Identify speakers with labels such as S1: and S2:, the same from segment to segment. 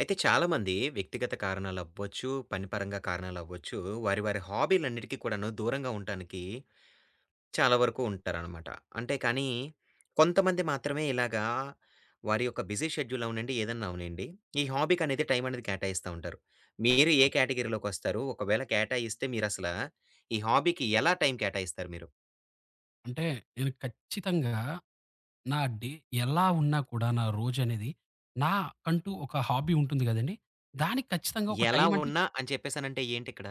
S1: అయితే చాలామంది వ్యక్తిగత కారణాలవ్వచ్చు, పనిపరంగా కారణాలవ్వచ్చు, వారి వారి హాబీలన్నిటికి కూడాను దూరంగా ఉండటానికి చాలా వరకు ఉంటారనమాట. అంటే కానీ, కొంతమంది మాత్రమే ఇలాగా వారి యొక్క బిజీ షెడ్యూల్ అవనండి, ఏదన్నా అవనండి, ఈ హాబీకనేది టైం అనేది కేటాయిస్తా ఉంటారు. మీరు ఏ కేటగిరీలోకొస్తారు? ఒకవేళ కేటాయిస్తే మీరసల ఈ హాబీకి ఎలా టైం కేటాయిస్తారు మీరు?
S2: అంటే నేను ఖచ్చితంగా నా డే ఎలా ఉన్నా కూడా నా రోజనేది నాకంటూ ఒక హాబీ ఉంటుంది గదండీ! దానికి ఖచ్చితంగా ఒక
S1: ఎలా
S2: టైం అంటే,
S1: ఉన్నా అని చెప్పేసనంటే ఏంటిక్కడ?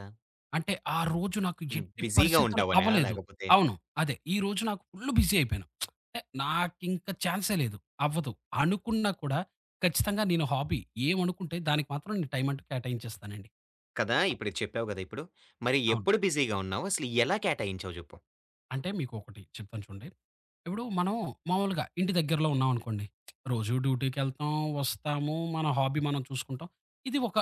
S2: అంటే ఆ రోజు నాకు
S1: నువ్వు
S2: ఎట్టి
S1: బిజీగా
S2: పరిస్థితుల్లో
S1: ఉంటావనా?
S2: అవ్వలేదు.
S1: లేకపోతే
S2: అవును. అదే. ఈ రోజు నాకు ఫుల్ బిజీ అయిపోయాను. అంటే నాకింక ఛాన్సే లేదు. అవ్వదు. అనుకున్నా కూడా ఖచ్చితంగా నేను హాబీ ఏమనుకుంటే దానికి మాత్రం నేను టైం అంటూ కేటాయించేస్తానండి.
S1: కదా! ఇప్పుడు ఇది చెప్పావు గదా! ఇప్పుడు. మరి
S2: అవును.
S1: ఎప్పుడు బిజీగా ఉన్నావు? అసలు ఎలా కేటాయించావు జెప్పు?
S2: అంటే మీకొకటి చెప్తాను చూడండి. ఇప్పుడు మనం మామూలుగా ఇంటి దగ్గరలో ఉన్నామనుకోండి. రోజు డ్యూటీకెళ్తాం, వస్తాము, మన హాబీ మనం చూసుకుంటాం. ఇది ఒక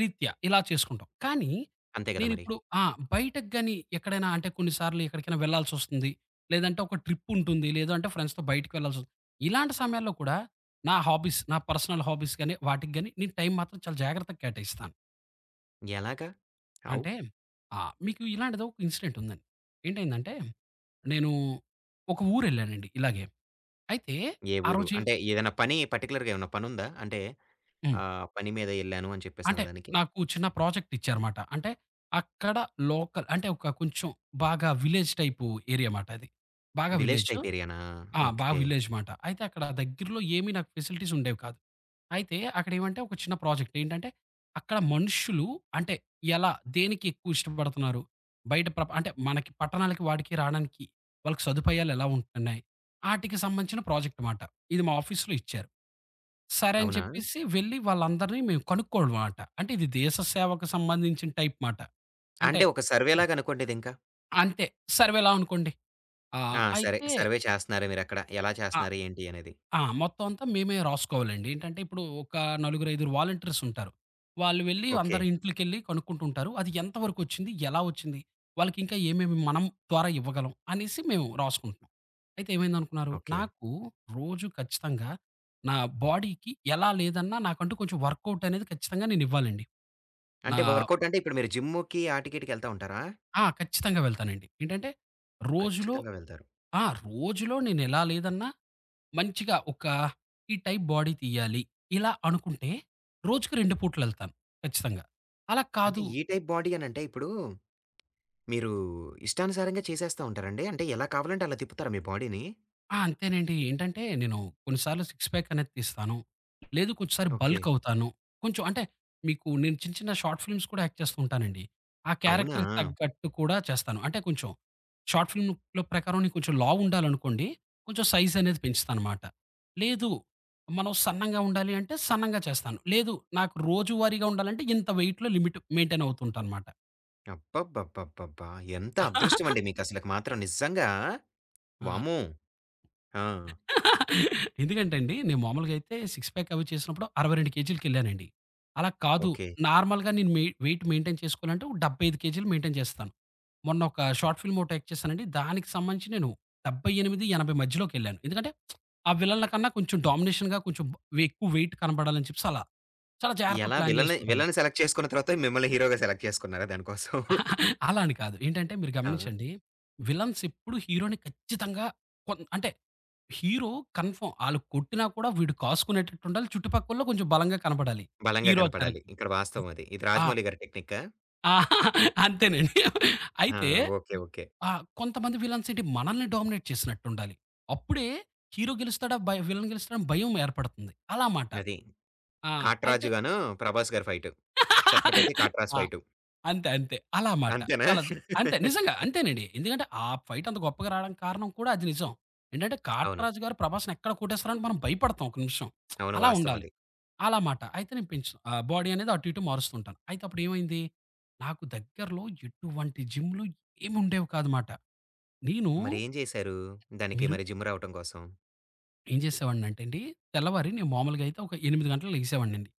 S2: రీత్యా ఇలా చేసుకుంటాం. కానీ
S1: అంతే గదా! మరి.
S2: నేనిప్పుడు ఆ! బయటకి గాని ఎక్కడైనా అంటే కొన్నిసార్లు ఎక్కడికైనా వెళ్ళాల్సొస్తుంది. లేదంటే ఒక ట్రిప్ ఉంటుంది. లేదు అంటే ఫ్రెండ్స్‌తో బయటికి వెళ్ళాల్సొస్తుంది. ఇలాంటి సమయాల్లో కూడా నా హాబీస్, నా పర్సనల్ హాబీస్ గాని, వాటికి గాని నేను టైం మాత్రం చాలా జాగ్రత్తగా కేటాయిస్తాను.
S1: ఎలాగా? హౌ?
S2: అంటే మీకు ఇలాంటిదో ఒక ఇన్సిడెంట్ ఉందండి. ఏంటైందంటే నేను ఒక ఊరెళ్ళానండి ఇలాగే. అయితే
S1: ఏ
S2: ఆ
S1: ఊరు?
S2: రోజే
S1: అంటే ఏదైనా పని పర్టిక్యులర్‌గా ఏమన్నా పనుందా? అంటే
S2: హ్మ్.
S1: పని మీద ఎళ్ళాను అని చెప్పేసి
S2: అంటే
S1: అనేదానికి.
S2: నాకు చిన్న ప్రాజెక్ట్ ఇచ్చారుమాట. అంటే అక్కడ లోకల్ అంటే ఒక కొంచెం బాగా విలేజ్ టైపు ఏరియా మాట అది. బాగా
S1: విలేజ్
S2: విలేజు.
S1: టైప్ ఏరియానా?
S2: బాగా
S1: ఓకే.
S2: విలేజ్ మాట. అయితే అక్కడ దగ్గరలో ఏమి నాకు ఫెసిలిటీస్ ఉండేవి కాదు. అయితే అక్కడేమంటే ఒక చిన్న ప్రాజెక్ట్. ఏంటంటే, అక్కడ మనుషులు అంటే ఎలా, దేనికి ఎక్కువ ఇష్టపడుతున్నారు? బయట ప్రప అంటే మనకి పట్టణాలకి వాటికి రాడానికి వాళ్ళకి సదుపాయాలు ఎలా ఉంటున్నాయి? ఆటికి సంబంధించిన ప్రాజెక్ట్ మాట. ఇది మా ఆఫీస్‌లో ఇచ్చారు. సరే అని
S1: అవునా?
S2: చెప్పేసి వెళ్లి వాళ్ళందరిని మేము కనుక్కోవడం మాట. అంటే ఇది దేశ సేవకు సంబంధించిన టైప్ మాట. అంటే
S1: అంటే ఒక
S2: హ్మ్.
S1: సర్వేలాగా అనుకోండి ఇదింకా.
S2: అంతే. సర్వేలా అనుకోండి. ఆ!
S1: ఆ! సరే.
S2: అయితే
S1: సర్వే చేస్తన్నారు మీరక్కడ. ఎలా
S2: ఆ!
S1: చేస్తన్నారు? ఏంటి అనేది.
S2: ఆ! మొత్తం అంతా మేమే రాసుకోవాలండి. ఏంటంటే ఇప్పుడు ఒక నలుగురైదుగురు వాలంటీర్స్ ఉంటారు. వాళ్ళు వెళ్లి
S1: ఓకే.
S2: అందరి ఇంట్లకెళ్లి కనుక్కుంటుంటారు. అది ఎంత వరకు వచ్చింది? ఎలా వచ్చింది? వాళ్ళకి ఇంకా ఏమేమి మనం ద్వారా ఇవ్వగలం? అనేసి మేము రాసుకుంటున్నాం. అయితే ఏమైందనుకున్నారు?
S1: ఓకే.
S2: నాకు రోజు ఖచ్చితంగా నా బాడీకి ఎలా లేదన్నా నాకంటూ కొంచెం వర్కౌట్ అనేది ఖచ్చితంగా నేనివ్వాలండి. నా
S1: అంటే వర్కౌట్ అంటే ఇప్పుడు మీరు జిమ్‌కి ఆటికీటికి ఎళ్తా ఉంటారా?
S2: ఆ! ఖచ్చితంగా వెళ్తానండి. ఏంటంటే రోజులో
S1: ఖచ్చితంగా వెళ్తారు.
S2: ఆ! రోజులో నేనెలా లేదన్నా మంచిగా ఒక ఈ టైప్ బాడీ తీయాలి. ఇలా అనుకుంటే రోజుకి 2 పూటలెళ్తాను ఖచ్చితంగా. అలా
S1: అంటే
S2: కాదు.
S1: ఈ టైప్ బాడీ అనంటే ఇప్పుడు మీరు ఇష్టానుసారంగా చేసేస్తా ఉంటారండి? అంటే ఎలా కావాలంటే అలా తిప్పుతారా మీ బాడీని?
S2: అంతేనండి. ఏంటంటే నేను కొన్నిసార్లు సిక్స్ ప్యాక్ అనేది తీస్తాను. లేదు కొంచెంసారి
S1: ఓకే.
S2: బల్క్ అవుతాను. కొంచెం అంటే మీకు నేను చిన్న చిన్న షార్ట్ ఫిల్మ్స్ కూడా యాక్ట్ చేస్తూ ఉంటానండి. ఆ
S1: అవునా?
S2: క్యారెక్టర్‌కి తగ్గట్టు కూడా చేస్తాను. అంటే కొంచెం షార్ట్ ఫిల్మ్‌లో ప్రకారం నేను కొంచెం లావు ఉండాలనుకోండి, కొంచెం సైజ్ అనేది పెంచుతానమాట. లేదు మనం సన్నంగా ఉండాలి అంటే సన్నంగా చేస్తాను. లేదు నాకు రోజువారీగా ఉండాలంటే ఇంత వెయిట్‌లో లిమిట్ మెయింటైన్ అవుతూ ఉంటానమాట.
S1: అబ్బబ్బబ్బబ్బబ్బా! ఎంత అదృష్టం అండి మీకసలకి మాత్రం నిజంగా.
S2: ఆ!
S1: వామ్మో! ఆ!
S2: ఎందుకంటే అండి నేను మామూలుగా అయితే సిక్స్ ప్యాక్ అవి చేసినప్పుడు 62 కేజీలకెళ్ళానండి. అలా కాదు.
S1: ఓకే.
S2: నార్మల్‌గా నేను వెయిట్ మెయింటైన్ చేసుకోవాలంటే ఒక 75 కేజీలు మెయింటైన్ చేస్తాను. మొన్న ఒక షార్ట్ ఫిల్మ్ ఒకటి యాక్ట్ చేశానండి. దానికి సంబంధించి నేను 78, 80 మధ్యలోకెళ్ళాను. ఎందుకంటే ఆ విలన్ల కన్నా కొంచెం డామినేషన్‌గా కొంచెం ఎక్కువ వెయిట్ కనపడాలని చెప్పేసి అలా. చాలా జాగ్రత్త
S1: ఎలా
S2: ప్లాన్
S1: విల‌నే
S2: చేసుకుంటామా.
S1: విల‌న్ని సెలెక్ట్ చేసుకున్న తర్వాత మిమ్మల్ని హీరోగా సెలెక్ట్ చేసుకున్నారా దానికోసం?
S2: అలా అని కాదు. ఏంటంటే మీరు
S1: ఆ!
S2: గమనించండి. విలన్స్ ఎప్పుడు హీరోని ఖచ్చితంగా అంటే హీరో కన్ఫర్మ్ ఆళ్ళు కొట్టినా కూడా వీడు కాసుకునేటట్టుండాలి. చుట్టుపక్కల్లో కొంచెం బలంగా కనపడాలి.
S1: బలంగా
S2: హీరో
S1: కనపడాలి.
S2: క్యారెక్టర్.
S1: ఇక్కడ వాస్తవం అది. ఇది
S2: ఆ!
S1: 'రాజమౌళి' గారి టెక్నికా?
S2: ఆ! అంతేనండి.
S1: ఆ!
S2: అయితే
S1: ఓకే. ఓకే.
S2: ఆ! కొంతమంది విలన్స్ ఏంటి మనల్ని డామినేట్ చేసినట్టుండాలి. అప్పుడే హీరో గెలుస్తాడా? విలన్ గెలుస్తాడా? అని భయం ఏర్పడుతుంది. అలా మాట.
S1: అది
S2: ఆ! అయితే
S1: 'కాట్‌రాజు' గాను 'ప్రభాస్' గారి ఫైటు. 'ఛత్రపతి కాట్‌రాజ్'
S2: ఆ!
S1: ఫైటు.
S2: అంతే. అంతే. అలా మాట.
S1: అంతేనా?
S2: చాలా చ్ అంతే. నిజంగా అంతేనండి. ఎందుకంటే ఆ ఫైట్ అంత గొప్పగా రావడానికి కారణం కూడా అది నిజం. ఏంటంటే
S1: అవును.
S2: 'కాట్‌రాజు' గారు 'ప్రభాస్‌ని' ఎక్కడ కొట్టేస్తారో అని మనం భయపడతాం ఒక నిమిషం.
S1: అవును.
S2: అలా
S1: వాస్తవం
S2: ఉండాలి.
S1: అది.
S2: అలా మాట. అయితే నేను బాడీ అనేది అటు ఇటు మారుస్తుంటాను. అయితే అప్పుడేమైంది, నాకు దగ్గరలో ఎటువంటి జిమ్‌లు ఏముండేవి కాదుమాట. నేను
S1: మరేం జేశారు? దానికి
S2: మీరు
S1: మరి జిమ్ రావటం కోసం?
S2: ఏం చేసేవాడినంటే అండి, తెల్లవారి నేను మామూలుగా అయితే ఒక 8 గంటలకు లెగిసేవాడినండి.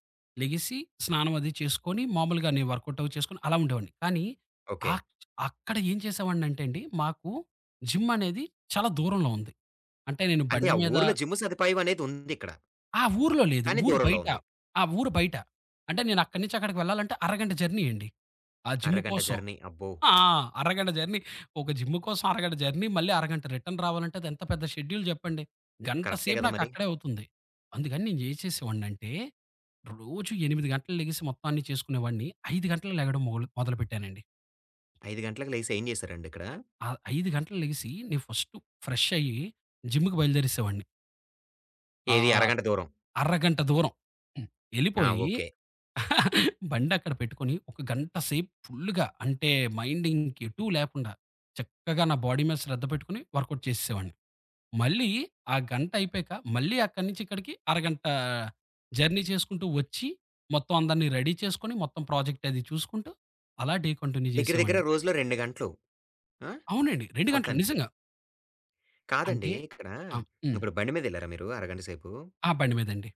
S2: లెగిసి స్నానం అది చేసుకొని, మామూలుగా నేను వర్కౌట్ అవి చేసుకొని అలా ఉండేవాడిని. కానీ
S1: ఓకే.
S2: ఆక్ అక్కడ ఏం చేసేవాడినంటే అండి, మాకు జిమ్ అనేది చాలా దూరంలో ఉంది. అంటే నేను
S1: అంటే
S2: బండి
S1: ఆ
S2: మీద
S1: ఊర్లో జిమ్ సదుపాయం అనేది ఉందిక్కడ.
S2: ఊర్లో లేదు.
S1: కానీ
S2: ఊరు
S1: దూరంలో
S2: బయట.
S1: ఉంది.
S2: ఊరు బయట. అంటే నేను అక్కడి నుంచి అక్కడికి వెళ్ళాలంటే అరగంట జర్నీ అండి. ఆ జిమ్
S1: అరగంట
S2: కోసం.
S1: జర్నీ. అబ్బో!
S2: ఆ! అరగంట జర్నీ. ఒక జిమ్ కోసం అరగంట జర్నీ, మళ్ళీ అరగంట రిటర్న్ రావాలంటే అది ఎంత పెద్ద షెడ్యూల్ జెప్పండి. గంట
S1: కరెక్టే
S2: సేపు
S1: గదా మరి.
S2: నాకక్కడే అవుతుంది. అందుకని నేను ఏం చేసేవాడినంటే, రోజు 8 గంటలు లెగిసి మొత్తం అన్నీ చేసుకునేవాడిని. 5 గంటలకు లెగడం మొగులు మొదలుపెట్టానండి.
S1: 5 గంటలకు లేసి ఏం జేశారండి ఇక్కడ?
S2: ఆ 5 గంటలు లెగిసి నేను ఫస్ట్ ఫ్రెష్ అయ్యి జిమ్‌కి బయలుదేరేసేవాడిని.
S1: ఏది
S2: ఆహ్,
S1: అరగంట దూరం.
S2: అరగంట దూరం.
S1: ఆ!
S2: ఎళ్ళిపోయి
S1: ఓకే.
S2: బండక్కడ పెట్టుకొని ఒక గంట సేపు ఫుల్‌గా అంటే మైండ్ ఇంకెటూ లేకుండా చక్కగా నా బాడీ మీద శ్రద్ధ పెట్టుకొని వర్కౌట్ చేసేసేవాడిని. మళ్ళీ ఆ గంట అయిపోయాక మళ్ళీ అక్కడి నుంచి ఇక్కడికి అరగంట జర్నీ చేసుకుంటూ వచ్చి మొత్తం అందరిని రెడీ చేసుకొని మొత్తం ప్రాజెక్ట్ అది చూసుకుంటూ అలా డే కంటిన్యూ
S1: దగ్గర దగ్గర
S2: చేసేవాడిని.
S1: రోజులో 2 గంటలు. ఆ!
S2: అవునండి. 2 గంటలు
S1: మొత్తానికి.
S2: నిజంగా. అంటే
S1: కాదండి ఇక్కడ
S2: ఆ! హ్మ్.
S1: ఇప్పుడు బండి మీదెళ్లారా మీరు అరగంట సేపు?
S2: ఆ! బండి మీదండి.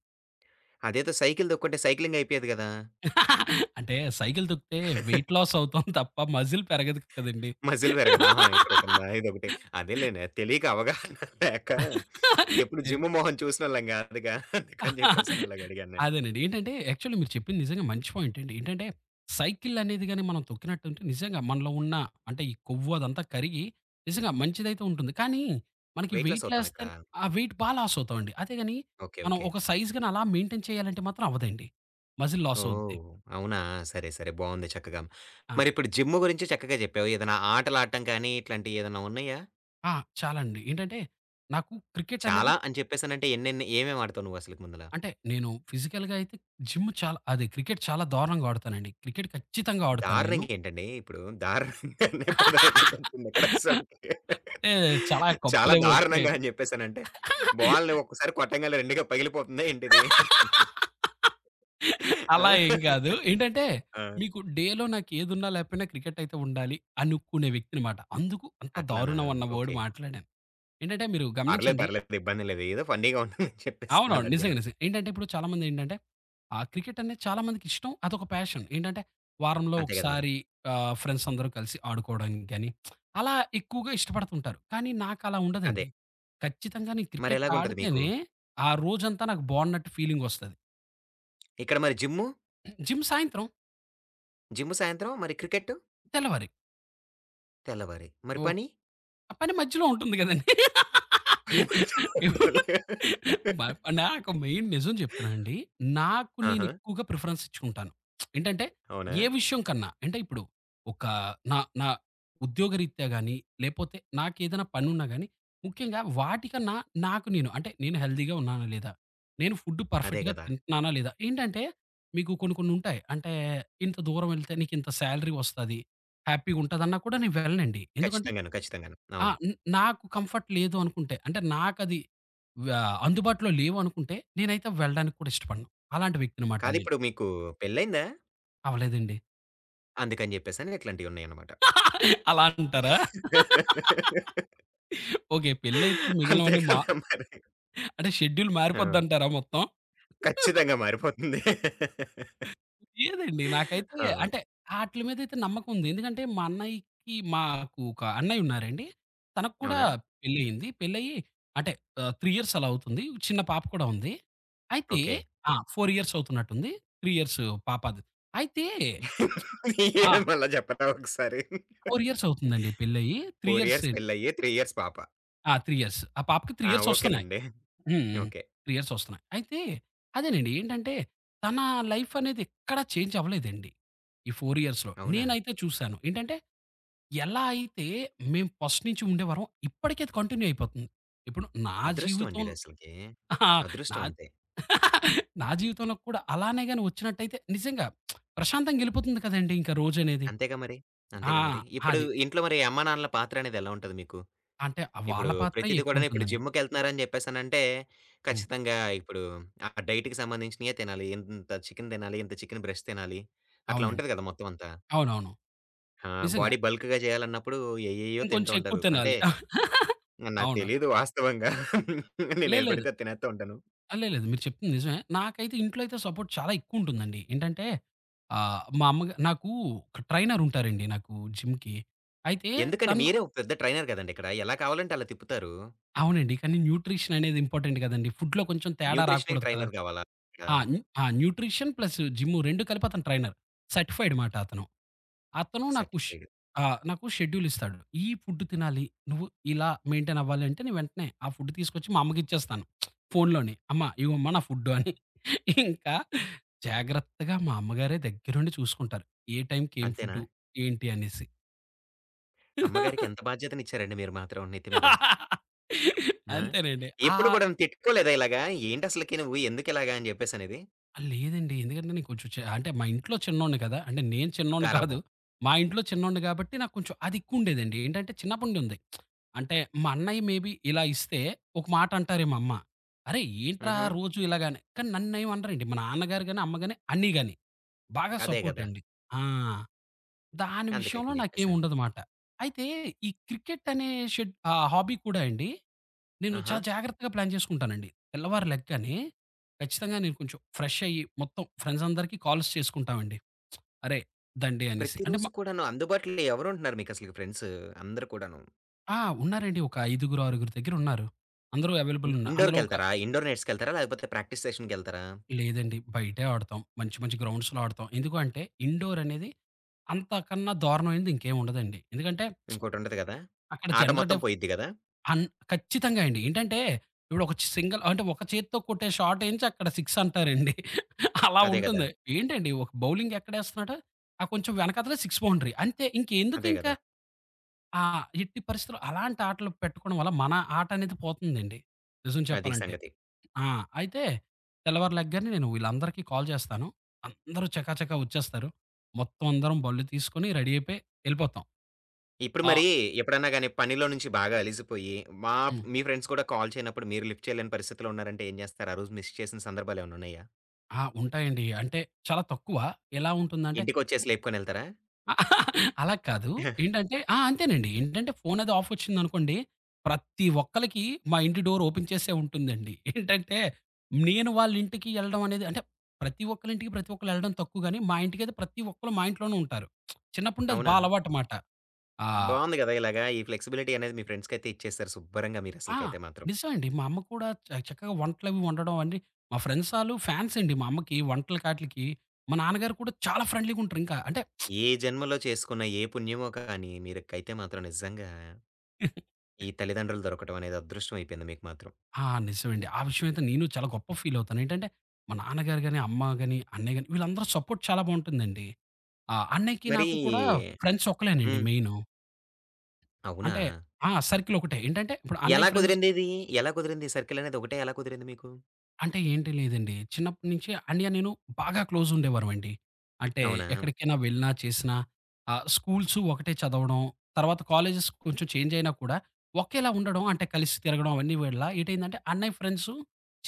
S1: అదేదో సైకిల్ దొక్కుంటే సైక్లింగ్ అయిపోయేది గదా!
S2: అంటే సైకిల్ తొక్కితే వెయిట్ లాస్ అవుతాం తప్ప మజిల్ పెరగదు కదండీ.
S1: మజిల్ పెరగదా? ఆహా! ఇక్కడ కింద ఇదొకటి. అదేలెండి. తెలియక అవగాహన లేక ఎప్పుడు
S2: నేను
S1: జిమ్ మొహం చూసినోళ్ళం కాదుగా. అందుకని చెప్పేసని అలాగడిగాను నేను.
S2: అదేనండి. ఏంటంటే యాక్చువల్లీ మీరు చెప్పింది నిజంగా మంచి పాయింట్ అండి. ఏంటంటే సైకిల్ అనేది గాని మనం తొక్కినట్టుంటే నిజంగా మనలో ఉన్న అంటే ఈ కొవ్వు అదంతా కరిగి నిజంగా మంచిదైతే ఉంటుంది. కానీ మనకి
S1: వెయిట్ లాస్
S2: వెయిట్
S1: అవుతాం
S2: లాస్
S1: ఇక్కడ.
S2: తన్ ఆ వెయిట్ బా లాస్ అవుతామండి. అదే గాని
S1: ఓకే.
S2: మనం
S1: ఓకే.
S2: ఒక సైజ్ గాని అలా మెయింటైన్ చేయాలంటే మాత్రం అవ్వదండి. మజిల్ లాస్ అవుద్ది.
S1: ఓహ్! అవునా? సరే. సరే. బావుంది చక్కగా.
S2: ఆ!
S1: మరిప్పుడు జిమ్ గురించి చక్కగా చెప్పావు. ఏదైనా ఆటలాడటం కానీ ఇట్లాంటియేదన్నా ఉన్నాయా?
S2: ఆ! చాలా అండి. ఏంటంటే నాకు క్రికెట్ అనేది
S1: చాలా అని చెప్పేసనంటే ఎన్నెన్ని ఏమేమి ఆడతావు నువ్వసలకి ముందల?
S2: అంటే నేను ఫిజికల్‌గా అయితే జిమ్ చాలా అదే క్రికెట్ చాలా దారుణంగా ఆడతానండి. క్రికెట్ ఖచ్చితంగా ఆడతాను నేను.
S1: దారుణంగా ఏంటండి ఇప్పుడు దారుణంగా అనే పదం ఎందుకొచ్చింది ఇక్కడ అసలకి?
S2: అంటే చాలా
S1: చాలా
S2: కప్పులేవో
S1: దారుణంగా
S2: వచ్చాయండి.
S1: అని చెప్పేసానంటే, బాల్‌ని ఒక్కసారి కొట్టంగానే 2గా పగిలిపోతుందా ఏంటిది? ఆ!
S2: అలా ఏం కాదు. ఏంటంటే
S1: ఆ!
S2: మీకు డేలో నాకేదున్నా లేకపోయినా క్రికెట్ అయితే ఉండాలి అనుకునే వ్యక్తినమాట. అందుకు అంత
S1: అట్లానా?
S2: దారుణం అన్న వర్డ్
S1: ఓకే.
S2: మాట్లాడాను. ఏంటంటే మీరు
S1: పర్లేదు,
S2: గమనించండి.
S1: పర్లేదు ఇబ్బంది లేదు. ఏదో ఫన్నీగా ఉంటుందని చెప్పేసని
S2: అవునవును.
S1: అలా
S2: నిజంగా.
S1: అడిగాను.
S2: నిజంగా. ఏంటంటే ఇప్పుడు చాలామంది ఏంటంటే క్రికెట్ అనేది చాలామందికి ఇష్టం. అదొక ప్యాషన్. ఏంటంటే వారంలో
S1: అంతే గదా! మరి.
S2: ఒకసారి ఫ్రెండ్స్ అందరూ కలిసి ఆడుకోవడానికి గాని, అలా ఎక్కువగా ఇష్టపడుతుంటారు. కానీ నాకలా
S1: అదే.
S2: ఉండదండి. ఖచ్చితంగా నేను క్రికెట్
S1: మరెలాగుంటది మీకు?
S2: ఆడితేనే ఆ రోజంతా నాకు బాగున్నట్టు ఫీలింగొస్తది.
S1: ఇక్కడ మరి జిమ్ము,
S2: జిమ్ సాయంత్రం,
S1: జిమ్ము సాయంత్రం, మరి క్రికెట్
S2: తెల్లవారి.
S1: తెల్లవారి. మరి పని?
S2: ఆ పని మధ్యలో ఉంటుంది గదండీ.
S1: పని మరి తెల్లవారి.
S2: బ నాకు మెయిన్ నిజం చెప్తున్నానండి. నాకు నేను
S1: ఆహా!
S2: ఎక్కువగా ప్రిఫరెన్స్ ఇచ్చుకుంటాను. ఏంటంటే,
S1: అవునా?
S2: ఏ విషయం కన్నా అంటే ఇప్పుడు ఒక నా నా ఉద్యోగరీత్యా గాని, లేపోతే నాకేదైనా పనున్నా గాని, ముఖ్యంగా వాటికన్నా నాకు నేను అంటే నేను హెల్తీగా ఉన్నానా లేదా? నేను ఫుడ్
S1: అదే
S2: పర్ఫెక్ట్‌గా
S1: గదా!
S2: తింటున్నానా లేదా? ఏంటంటే మీకు కొన్ని కొన్ని ఉంటాయి. అంటే ఇంత దూరం ఎళ్తే నీకింత సాలరీ వస్తది. హ్యాపీ‌గా ఉంటదన్నా కూడా నేను వెళ్ళనండి. ఎందుకంటే
S1: ఖచ్చితంగాను, ఖచ్చితంగాను.
S2: ఆ!
S1: అవును.
S2: న్ నాకు కంఫర్ట్ లేదు అనుకుంటే, అంటే నాకది వ్య అందుబాటులో లేవు అనుకుంటే, నేనైతే వెళ్ళడానికి కూడా ఇష్టపడను. అలాంటి వ్యక్తినమాట
S1: కాదు
S2: నేను.
S1: ఇప్పుడు మీకు పెళ్లయిందా?
S2: అవ్వలేదండి.
S1: అందుకని జెప్పేసని ఇట్లాంటియున్నాయన్నమాట.
S2: అలా అంటారా? ఓకే. పెళ్లయితే
S1: అంతే
S2: మిగిలినవన్నీ
S1: కదా మరి.
S2: అంటే షెడ్యూల్
S1: ఆ!
S2: మారిపోద్దంటారా మొత్తం?
S1: ఖచ్చితంగా మారిపోతుంది.
S2: లేదండి. నాకైతే
S1: ఆ!
S2: అంటే ఆటిలి మీదైతే నమ్మకముంది. ఎందుకంటే మా అన్నయ్యకి మాకు ఒక అన్నయ్య ఉన్నారండి. తనకు కూడా
S1: అవునా?
S2: పెళ్లయింది. పెళ్లయ్యి అంటే 3 ఇయర్స్ అలా అవుతుంది. చిన్న పాప కూడా ఉంది. అయితే
S1: ఓకే.
S2: ఆ! 4 ఇయర్స్ అవుతున్నట్టుంది. 3 ఇయర్స్ పాప అది. అయితే ఆ!
S1: ఏం మళ్ళా చెప్పరా ఒకసారి?
S2: 4 ఇయర్స్ అవుతుందండి పెళ్లయ్యి. 3
S1: 4
S2: ఇయర్స్
S1: ఇయర్స్ పెళ్లయ్యి, 3 ఇయర్స్ పాప.
S2: ఆ! 3 ఇయర్స్. ఆ పాపకి 3
S1: ఆ!
S2: ఇయర్స్ వస్తున్నాయి.
S1: ఓకేనండి.
S2: హ్మ్. హ్మ్.
S1: ఓకే.
S2: 3 ఇయర్స్ వస్తున్నాయి. అయితే అదేనండి. ఏంటంటే తన లైఫ్ అనేది ఎక్కడ చేంజ్ అవ్వలేదండి. ఈ 4 ఇయర్స్‌లో.
S1: అవునా?
S2: నేనైతే చూసాను. ఏంటంటే ఎలా అయితే మేము ఫస్ట్ నుంచి ఉండేవారో, ఇప్పటికి అది కంటిన్యూ అయిపోతుంది. ఇప్పుడు నా
S1: అదృష్టం అండి
S2: జీవితం,
S1: ఇదసలకి.
S2: ఆ! నా
S1: అదృష్టం అంతే.
S2: నా జీవితంలో కూడా అలానే గాని వచ్చినట్టయితే నిజంగా ప్రశాంతంగా ఎళ్ళిపోతుంది కదండీ! ఇంకా రోజనేది.
S1: అంతేగా మరి. అంతేగా మరి.
S2: ఆ!
S1: ఇప్పుడు
S2: అది.
S1: ఇంట్లో మరి అమ్మానాన్నల పాత్రనేది ఎలా ఉంటది మీకు?
S2: అంటే ఆ
S1: ఇప్పుడు
S2: వాళ్ళ పాత్ర
S1: ప్రతిది కూడాను ఇప్పుడు
S2: ఎక్కువుంటుందండి.
S1: జిమ్‌కెళ్తున్నారని జెప్పేసనంటే,
S2: హ్మ్.
S1: ఖచ్చితంగా ఇప్పుడు ఆ డైట్‌కి సంబంధించినయే తినాలి. ఇంత చికెను తినాలి, ఇంత చికెను బ్రెస్ట్ తినాలి. అట్లా
S2: అవునండి.
S1: ఉంటది గదా! మొత్తం అంతా.
S2: అవునవును.
S1: ఆ!
S2: నిజంగా.
S1: బాడీ బల్క్‌గా జేయాలన్నప్పుడు ఏయేయో తింటూ
S2: ఇంకొంచెం ఎక్కువ
S1: ఉంటారు. అంటే
S2: తినాలి.
S1: నాకు
S2: అవును.
S1: తెలీదు వాస్తవంగా.
S2: లేదు
S1: నేనేది
S2: లేదు.
S1: పడితే అది తినేత్తా ఉంటాను.
S2: ఆ! లేదు లేదు. మీరు చెప్తుంది నిజమే. నాకైతే ఇంట్లో అయితే సపోర్ట్ చాలా ఎక్కువుంటుందండి. ఏంటంటే మా అమ్మగా నాకు ఒక ట్రైనర్ ఉంటారండి నాకు జిమ్‌కి. అయితే
S1: ఎందుకండి
S2: తను
S1: మీరే ఒక పెద్ద ట్రైనర్ గదండీ ఇక్కడ. ఎలా కావాలంటే అలా తిప్పుతారు.
S2: అవునండి. కానీ న్యూట్రిషన్ అనేది ఇంపార్టెంట్ కదండీ. ఫుడ్‌లో కొంచెం తేడా
S1: న్యూట్రిషన్‌కి
S2: రాకూడదు కదా!
S1: ట్రైనర్ గావాలా ఇక్కడ?
S2: ఆ! న్యూ ఆ! న్యూట్రిషన్ ప్లస్ జిమ్ 2 కలిపి అతను ట్రైనర్. సర్టిఫైడ్ మాట అతను. అతను నాకు ష్
S1: సర్టిఫైడ్.
S2: ఆ! నాకు షెడ్యూల్ ఇస్తాడు. ఈ ఫుడ్ తినాలి. నువ్వు ఇలా మెయింటైన్ అవ్వాలి అంటే నేను వెంటనే ఆ ఫుడ్ తీసుకొచ్చి మా అమ్మకిచ్చేస్తాను. ఫోన్‌లోనే అమ్మ ఇగోమ్మ నా ఫుడ్ అని. ఇంకా జాగ్రత్తగా మా అమ్మగారే దగ్గరుండి చూసుకుంటారు. ఏ టైంకి ఏం
S1: అంతేనా?
S2: ఫుడ్డు ఏంటి అనేసి.
S1: అమ్మగారికి ఎంత బాధ్యతనిచ్చారండి మీరు మాత్రం నెత్తి మీద? ఆ!
S2: అంతేనండి. ఆ
S1: ఎప్పుడు గూడాను తిట్టుకోలేదా ఇలాగా? ఏంటసలకి నువ్వు ఎందుకిలాగా అని జెప్పేసనేది?
S2: ఆ! లేదండి. ఎందుకంటే నేను కొంచెం అంటే మా ఇంట్లో చిన్నోడిని కదా! అంటే నేను చిన్నోడిని కాదు.
S1: గారాబం.
S2: మా ఇంట్లో చిన్నోడిని కాబట్టి నాకు కొంచెం అది ఎక్కువుండేదండి. ఏంటంటే చిన్నప్పటి నుండి ఉంది. అంటే మా అన్నయ్య మేబీ ఇలా ఇస్తే ఒక మాట అంటారేమో మా అమ్మ. "అరేయ్! ఏంట్రా
S1: హుహు.
S2: రోజు ఇలాగని" కానీ నన్నేమి అనరండి. మా నాన్నగారు గాని, అమ్మ గాని, అన్నయ్య గాని బాగా
S1: అదే
S2: సపోర్ట్
S1: గదా!
S2: అండి. ఆ! దాని విషయంలో
S1: అందుకని
S2: నాకేం
S1: జెప్పేసని.
S2: ఉండదుమాట. అయితే ఈ క్రికెట్ అనే హాబీ కూడా అండి నేను
S1: ఆహా!
S2: చాలా జాగ్రత్తగా ప్లాన్ చేసుకుంటానండి. తెల్లవారు లెగ్గానే ఖచ్చితంగా నేను కొంచెం ఫ్రెష్ అయ్యి, మొత్తం ఫ్రెండ్స్ అందరికీ కాల్స్ చేసుకుంటామండి. అరే! దండి అనేసి. అంటే మ
S1: ప్రతిరోజు కూడాను అందుబాటులో ఎవరుంటున్నారు మీకసలకి ఫ్రెండ్స్ అందరూ కూడాను?
S2: ఆ! ఉన్నారండి. ఒక ఐదుగురు, ఆరుగురు దగ్గర ఉన్నారు. అందరూ అవైలబుల్ ఉన్న అందులో ఒక.
S1: ఇండోర్‌కెళ్తారా? ఇండోర్ నెట్స్‌కెళ్తారా? లేకపోతే ప్రాక్టీస్ సెషన్‌కెళ్తారా?
S2: లేదండి, బయటే ఆడతాం. మంచి మంచి గ్రౌండ్స్‌లో ఆడతాం. ఎందుకు అంటే, ఇండోర్ అనేది అంతకన్నా దారుణమైనది ఇంకేం ఉండదండి. ఎందుకంటే,
S1: ఇంకోటుంటది గదా!
S2: అక్కడ
S1: ఆట
S2: జనరల్
S1: మొత్తం పోయిద్ది గదా!
S2: అన్ ఖచ్చితంగా అండి. ఏంటంటే, ఇప్పుడు ఒక సింగిల్ అంటే ఒక చేత్తో కొట్టే షాట్ ఎంచి అక్కడ 6 అంటారండి. అలా
S1: అదే గదా!
S2: ఉంటుంది. ఏంటండి ఒక బౌలింగ్ ఎక్కడేస్తున్నాడో, ఆ కొంచెం వెనకాతలే 6 బౌండరీ అంతే. ఇంకెందుకు
S1: అదే
S2: ఇంకా
S1: గదా!
S2: ఆ ఎట్టి పరిస్థితిలో అలాంటి ఆటలు పెట్టుకోవడం వల్ల మన ఆట అనేది పోతుందండి. నిజం
S1: అది
S2: చెప్పాలంటే.
S1: సంగతి.
S2: ఆ! అయితే తెల్లవారు లెగ్గానే నేను వీళ్ళందరికీ కాల్ చేస్తాను. అందరూ చకాచకా వచ్చేస్తారు. మొత్తం అందరం బళ్ళు తీసుకొని రెడీ అయిపోయి ఎళ్ళిపోతాం.
S1: ఇప్పుడు మరి
S2: ఆహ్,
S1: ఎప్పుడన్నా గాని పనిలో నుంచి బాగా అలిసిపోయి మా
S2: హ్మ్.
S1: మీ ఫ్రెండ్స్ కూడా కాల్ చేయనప్పుడు మీరు లిఫ్ట్ చేయలేని పరిస్థితిలో ఉన్నారంటే ఏం జేస్తారు? ఆ రోజు మిస్ చేసిన సందర్భాలేమన్నున్నాయా?
S2: ఆ! ఉంటాయండి. అంటే చాలా తక్కువ. ఎలా ఉంటుందంటే
S1: ఇంటికొచ్చేసి లేపుకొనెళ్తారా?
S2: అలా కాదు. ఏంటంటే ఆ! అంతేనండి. ఏంటంటే ఫోన్ అది ఆఫ్ వచ్చిందనుకోండి, ప్రతి ఒక్కళ్ళకి మా ఇంటి డోర్ ఓపెన్ చేసే ఉంటుందండి. ఏంటంటే నేను వాళ్ళ ఇంటికి ఎళ్ళడం అనేది అంటే ప్రతి ఒక్కళ్ళ ఇంటికి ప్రతి ఒక్కళ్ళు ఎళ్ళడం తక్కువ గాని, మా ఇంటికైతే ప్రతి ఒక్కళ్ళు మా ఇంట్లోనే ఉంటారు. చిన్నప్పటి నుండి అది
S1: అవునా?
S2: అలవాటు మాట. ఆహ్,
S1: బావుంది గదా! ఇలాగా ఈ ఫ్లెక్సిబిలిటీ అనేది మీ ఫ్రెండ్స్‌కైతే ఇచ్చేసారు శుబ్బరంగా
S2: ఆ!
S1: మీరసలకైతే మాత్రం.
S2: నిజమండి. మా అమ్మ కూడా చక్కగా వంటలవి వండడం అన్నీ, మా ఫ్రెండ్స్ ఆళ్ళు ఫ్యాన్స్ అండి మా అమ్మకి వంటలకి ఆటిలకి. మా నాన్నగారు కూడా చాలా ఫ్రెండ్లీ‌గా ఉంటారు ఇంకా. అంటే
S1: ఏ జన్మలో చేసుకున్న ఏ పుణ్యమో కానీ మీరకైతే మాత్రం నిజంగా ఈ తల్లిదండ్రులు దొరకటం అనేది అదృష్టం అయిపోయింది మీకు మాత్రం.
S2: ఆ! నిజమండి. ఆ విషయం అయితే నేను చాలా గొప్ప ఫీల్ అవుతాను. ఏంటంటే, మా నాన్నగారు గాని, అమ్మ గాని, అన్నయ్య గాని వీళ్ళందరూ సపోర్ట్ చాలా బావుంటుందండి. ఆ! అన్నయ్యకి నాకు కూడా
S1: మరి
S2: ఫ్రెండ్స్ ఒక్కలేనండి
S1: హ్మ్.
S2: మెయిను.
S1: అవునా?
S2: అంటే ఆ! సర్కిల్ ఒకటే. ఏంటంటే, ఇప్పుడు అన్నయ్య
S1: ఎలా
S2: ఫ్రెండ్స్
S1: కుదిరింది ఇది? ఎలా కుదిరింది ఈ సర్కిల్ అనేది ఒకటే ఎలా కుదిరింది మీకు?
S2: అంటే ఏంటి లేదండి. చిన్నప్పటి నుంచి అన్నయ్య, నేను బాగా క్లోజ్ ఉండేవారమండి. అంటే
S1: అవునా?
S2: ఎక్కడికైనా వెళ్ళినా, చేసినా స్కూల్సు ఒకటే చదవడం, తర్వాత కాలేజెస్ కొంచెం చేంజ్ అయినా కూడా ఒకేలా ఉండడం, అంటే కలిసి తిరగడం అవన్నీ వల్ల ఏటైందంటే, అన్నయ్య ఫ్రెండ్సు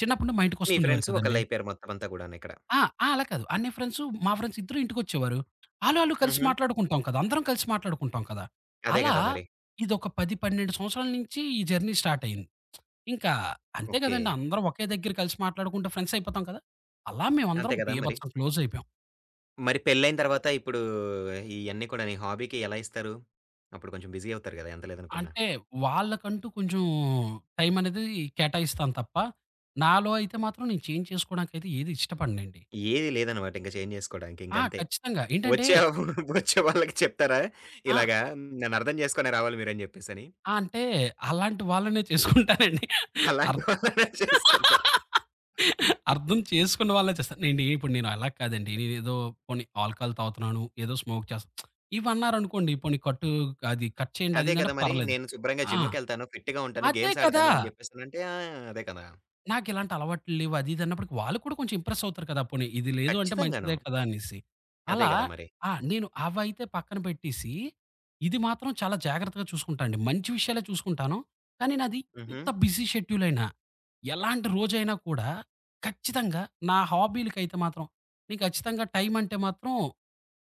S2: చిన్నప్పుడు మా
S1: మీ
S2: ఇంటికొస్తుండేవారు
S1: ఫ్రెండ్స్
S2: కదండీ!
S1: ఒకళ్ళయిపోయారు మొత్తం అంతా గూడానిక్కడ.
S2: ఆ! ఆ! అలా కాదు. అన్నయ్య ఫ్రెండ్సు, మా ఫ్రెండ్స్ ఇద్దరు ఇంటికొచ్చేవారు. ఆళ్ళు, ఆళ్ళు కలిసి
S1: హుహు.
S2: మాట్లాడుకుంటాం కదా! అందరం కలిసి మాట్లాడుకుంటాం కదా!
S1: అదే
S2: అలా
S1: గదా మరి.
S2: ఇదొక 10, 12 సంవత్సరాల నుంచి ఈ జర్నీ స్టార్ట్ అయింది. ఇంకా అంతే
S1: ఓకే.
S2: గదండీ! అందరం ఒకే దగ్గర కలిసి మాట్లాడుకుంటే ఫ్రెండ్స్ అయిపోతాం కదా! అలా
S1: అంతే
S2: మేమందరం
S1: గదా మరి.
S2: బీభత్సం క్లోజ్ అయిపోయాం.
S1: మరి పెళ్ళైన తర్వాత ఇప్పుడు ఇయన్నీ కూడా నీ హాబీకి ఎలా ఇస్తారు? అప్పుడు కొంచెం బిజీ అవుతారు గదా! ఎంత లేదనుకున్నా.
S2: అంటే వాళ్ళకంటూ కొంచెం టైం అనేది కేటాయిస్తాను తప్ప, నాలో అయితే మాత్రం నేను చేంజ్ చేసుకోవడానికైతే ఏది ఇష్టపడనండి.
S1: ఏది లేదనమాట ఇంక చేంజ్ జేసుకోడానికి
S2: ఆ!
S1: ఇంకంతే.
S2: ఖచ్చితంగా. ఏంటంటే
S1: వచ్చే వచ్చే వాళ్ళకి చెప్తారా?
S2: ఆ!
S1: ఇలాగా నన్ను అర్థం చేసుకునే రావాలి మీరని జెప్పేసని.
S2: ఆ! అంటే అలాంటి వాళ్ళనే చేసుకుంటానండి.
S1: అలాంటి
S2: అర్థం
S1: వాళ్ళనే చేసుకుంటారు.
S2: అర్థం చేసుకున్న వాళ్ళే చేస్తారు. నేండి ఇప్పుడు నేను అలా కాదండి. నేనేదో పోనీ ఆల్కహాల్ తాగుతున్నాను, ఏదో స్మోక్ చేస్తా ఇవన్నారనుకోండి, పోనీ అది కట్ చేయండి అది
S1: అదే
S2: ఇది అంటే
S1: కదా! మరి
S2: పర్లేదు.
S1: నేను శుభ్రంగా
S2: ఆ!
S1: జిమ్‌కెళ్తాను, ఫిట్‌గా ఉంటాను,
S2: అదే
S1: గేమ్స్
S2: కదా!
S1: ఆడతాను అని జెప్పేసనంటే ఆ! అదే కదా!
S2: నాకిలాంటి అలవాట్లు లేవు అది ఇది అన్నప్పటికి వాళ్ళు కూడా కొంచెం ఇంప్రెస్ అవుతారు కదా! పోనీ ఇది లేదు అంటే
S1: ఖచ్చితంగాను.
S2: మంచిదే కదా! అనేసి.
S1: అదే
S2: అలా
S1: గదా! మరి.
S2: ఆ! నేను అవైతే పక్కన పెట్టేసి, ఇది మాత్రం చాలా జాగ్రత్తగా చూసుకుంటా అండి. మంచి విషయాలే చూసుకుంటాను. కానీ నాది
S1: హుహు.
S2: ఎంత బిజీ షెడ్యూల్ అయినా, ఎలాంటి రోజైనా కూడా ఖచ్చితంగా నా హాబీలకైతే మాత్రం నేను ఖచ్చితంగా టైం అంటే మాత్రం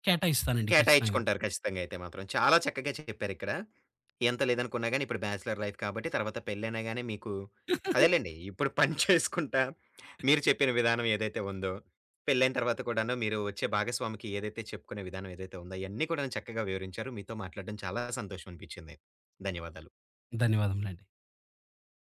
S2: కేటాయిస్తానండి ఖచ్చితంగా.
S1: కేటాయించుకుంటారు ఖచ్చితంగా అయితే మాత్రం. చాలా చక్కగా చెప్పారిక్కడ. ఎంత లేదనుకున్నా గాని ఇప్పుడు బ్యాచిలర్ లైఫ్ కాబట్టి తర్వాత పెళ్ళైనా గాని మీకు అదేలెండి. ఇప్పుడు పని చేసుకుంటా మీరు చెప్పిన విధానం ఏదైతే ఉందో, పెళ్ళైన తర్వాత కూడాను మీరు వచ్చే భాగస్వామికి ఏదైతే చెప్పుకునే విధానం ఏదైతే ఉందో, అయన్నీ కూడాను చక్కగా వివరించారు. మీతో మాట్లాడడం చాలా సంతోషం అనిపించింది. ధన్యవాదాలు.
S2: ధన్యవాదములండి.